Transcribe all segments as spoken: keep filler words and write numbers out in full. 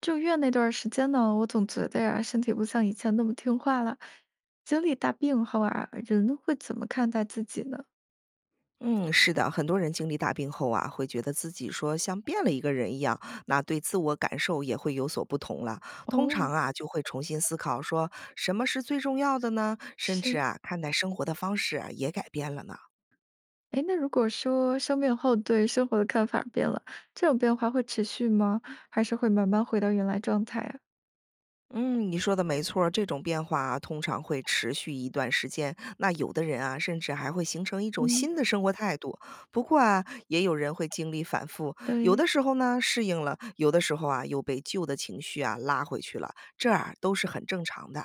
住院那段时间呢，我总觉得呀，身体不像以前那么听话了。经历大病后啊，人会怎么看待自己呢？嗯，是的，很多人经历大病后啊，会觉得自己说像变了一个人一样，那对自我感受也会有所不同了。通常哦，啊，就会重新思考说什么是最重要的呢？甚至是。啊，看待生活的方式啊也改变了呢。哎，那如果说生病后对生活的看法变了，这种变化会持续吗？还是会慢慢回到原来状态啊？嗯，你说的没错儿这种变化啊通常会持续一段时间。那有的人啊，甚至还会形成一种嗯，新的生活态度。不过啊，也有人会经历反复，有对。的时候呢适应了，有的时候啊又被旧的情绪啊拉回去了，这啊都是很正常的。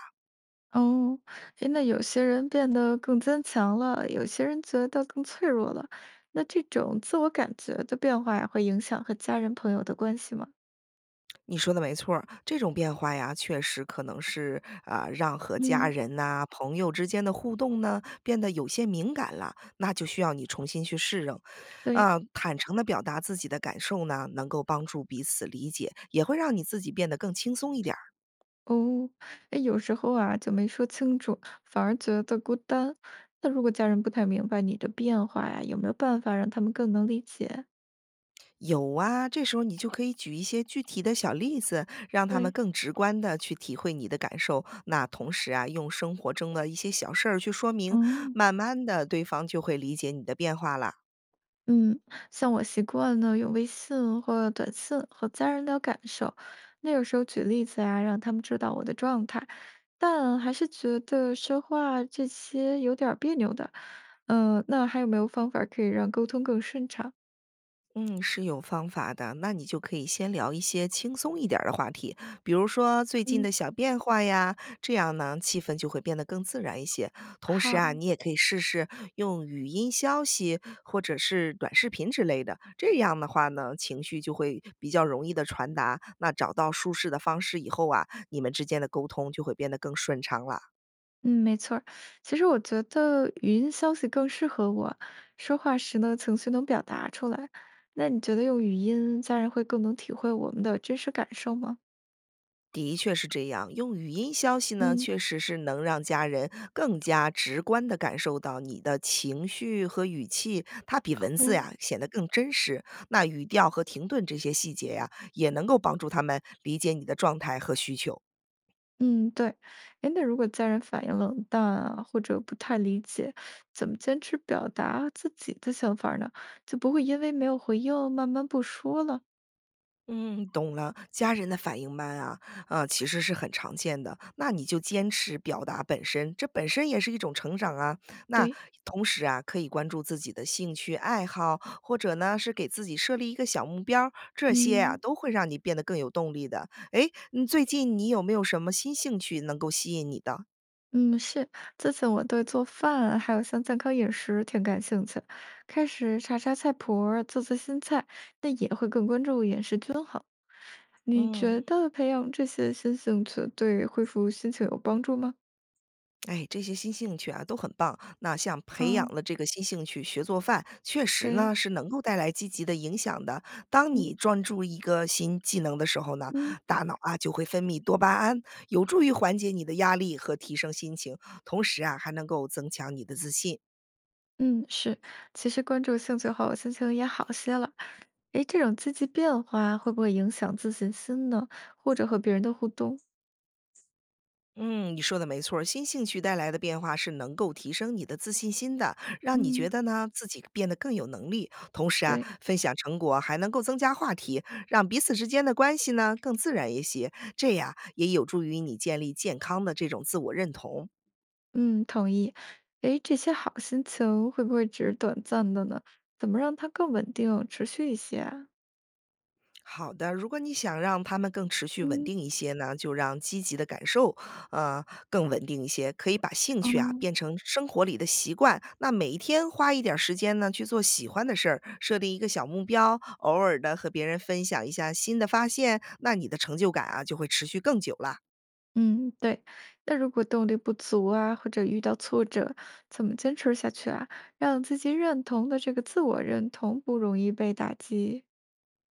哦，哎，那有些人变得更坚强了，有些人觉得更脆弱了。那这种自我感觉的变化呀，会影响和家人朋友的关系吗？你说的没错儿，这种变化呀，确实可能是啊、让和家嗯，人呐、朋友之间的互动呢变得有些敏感了，那就需要你重新去适应。对。啊、坦诚的表达自己的感受呢，能够帮助彼此理解，也会让你自己变得更轻松一点儿。哦，哎，有时候啊，就没说清楚，反而觉得孤单。那如果家人不太明白你的变化呀，有没有办法让他们更能理解？有啊，这时候你就可以举一些具体的小例子，让他们对，更直观的去体会你的感受。那同时啊，用生活中的一些小事儿去说明，嗯。慢慢的对方就会理解你的变化了。嗯，像我习惯呢，用微信或短信和家人聊感受，那有时候举例子啊，让他们知道我的状态，但还是觉得说话这些有点儿别扭的。嗯、那还有没有方法可以让沟通更顺畅？嗯，是有方法的。那你就可以先聊一些轻松一点儿的话题，比如说最近嗯，的小变化呀，这样呢气氛就会变得更自然一些。同时啊，好。你也可以试试用语音消息或者是短视频之类的，这样的话呢，情绪就会比较容易的传达。那找到舒适的方式以后啊，你们之间的沟通就会变得更顺畅了。嗯，没错儿。其实我觉得语音消息更适合我，说话时呢，情绪能表达出来。那你觉得用语音，家人会更能体会我们的真实感受吗？的确是这样，用语音消息呢，嗯，确实是能让家人更加直观地感受到你的情绪和语气，它比文字哦，呀显得更真实。那语调和停顿这些细节呀，也能够帮助他们理解你的状态和需求。嗯，对。哎，那如果家人反应冷淡啊，或者不太理解，怎么坚持表达自己的想法儿呢？就不会因为没有回应，慢慢不说了。嗯，懂了。家人的反应慢啊，啊，其实是很常见的。那你就坚持表达本身，这本身也是一种成长啊。那对，同时啊，可以关注自己的兴趣爱好，或者呢是给自己设立一个小目标儿这些啊嗯。都会让你变得更有动力的。诶，你最近你有没有什么新兴趣能够吸引你的？嗯，是，最近我对做饭还有像健康饮食挺感兴趣，开始查查菜谱儿做做新菜，那也会更关注饮食均衡。你觉嗯。得培养这些新兴趣对恢复心情有帮助吗？哎，这些新兴趣啊都很棒。那像培啊，养了这个新兴趣，学做饭，确实对，呢是能够带来积极的影响的。当嗯你专注一个新技能的时候呢，嗯大脑啊就会分泌多巴胺，有助于缓解你的压力和提升心情，同时啊还能够增强你的自信。嗯，是，其实关注兴趣后，心情也好些了。诶，这种积极变化会不会影响自信心呢？或者和别人的互动？嗯，你说的没错儿新兴趣带来的变化是能够提升你的自信心的，让你觉嗯，得呢自己变得更有能力。同时啊，对。分享成果还能够增加话题，让彼此之间的关系呢更自然一些。这样也有助于你建立健康的这种自我认同。嗯，同意。诶，这些好心情会不会只是短暂的呢？怎么让它更稳定、持续一些啊？好的，如果你想让他们更持续稳嗯，定一些呢，就让积极的感受，呃，更稳定一些。可以把兴趣啊哦，变成生活里的习惯，那每一天花一点儿时间呢去做喜欢的事儿，设定一个小目标，偶尔的和别人分享一下新的发现，那你的成就感啊就会持续更久了。嗯，对。那如果动力不足啊，或者遇到挫折，怎么坚持下去啊？让自己认同的这个自我认同不容易被打击。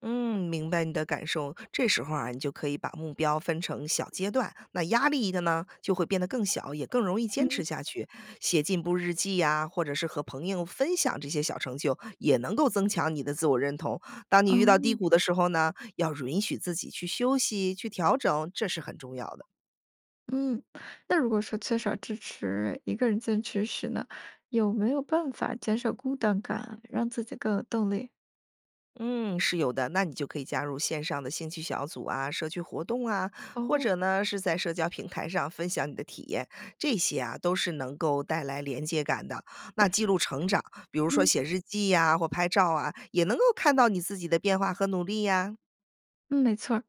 嗯，明白你的感受。这时候啊，你就可以把目标分成小阶段，那压力的呢就会变得更小，也更容易坚嗯，持下去。写进步日记呀、或者是和朋友分享这些小成就，也能够增强你的自我认同。当你遇到低哦，谷的时候呢，要允许自己去休息、去调整，这是很重要的。嗯，那如果说缺少支持，一个人坚持时呢，有没有办法减少孤单感，让自己更有动力？嗯，是有的。那你就可以加入线上的兴趣小组啊、社区活动啊，或哦，者呢是在社交平台上分享你的体验，这些啊都是能够带来连接感的。那记录成长，比如说嗯。写日记呀、或拍照啊，也能够看到你自己的变化和努力呀、嗯，没错儿，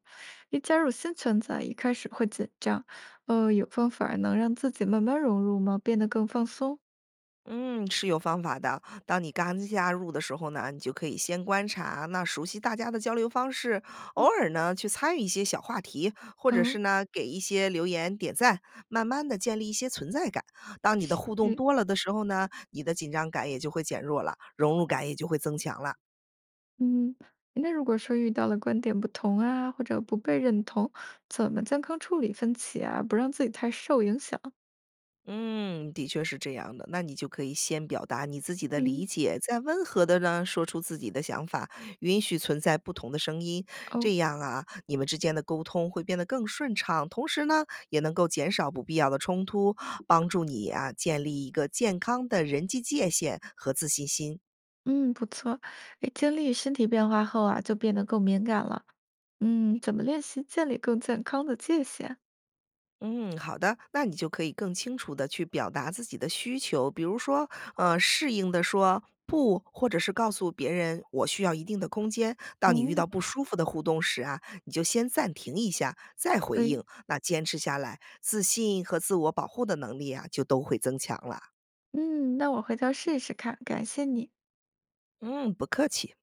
一加入新圈子啊，一开始会紧张，呃，有方法儿能让自己慢慢融入吗？变得更放松？嗯，是有方法的。当你刚加入的时候呢，你就可以先观察，那熟悉大家的交流方式，偶嗯尔呢去参与一些小话题，或者是哦，呢给一些留言点赞，慢慢的建立一些存在感。当你的互动嗯多了的时候呢，你的紧张感也就会减弱了，融入感也就会增强了。嗯，那如果说遇到了观点不同啊，或者不被认同，怎么健康处理分歧啊，不让自己太受影响？嗯，的确是这样的。那你就可以先表达你自己的理嗯解，再温和的呢说出自己的想法，允许存在不同的声音，哦，这样啊，你们之间的沟通会变得更顺畅，同时呢，也能够减少不必要的冲突，帮助你啊建立一个健康的人际界限和自信心。嗯，不错，哎，经历身体变化后啊，就变得更敏感了。嗯，怎么练习建立更健康的界限？嗯，好的，那你就可以更清楚的去表达自己的需求，比如说，呃，适应的说“不”，或者是告诉别人“我需要一定的空间”。当你遇到哦，不舒服的互动时啊，你就先暂停一下，再回对，应。那坚持下来，自信和自我保护的能力啊，就都会增强了。嗯，那我回头试试看，感谢你。嗯，不客气。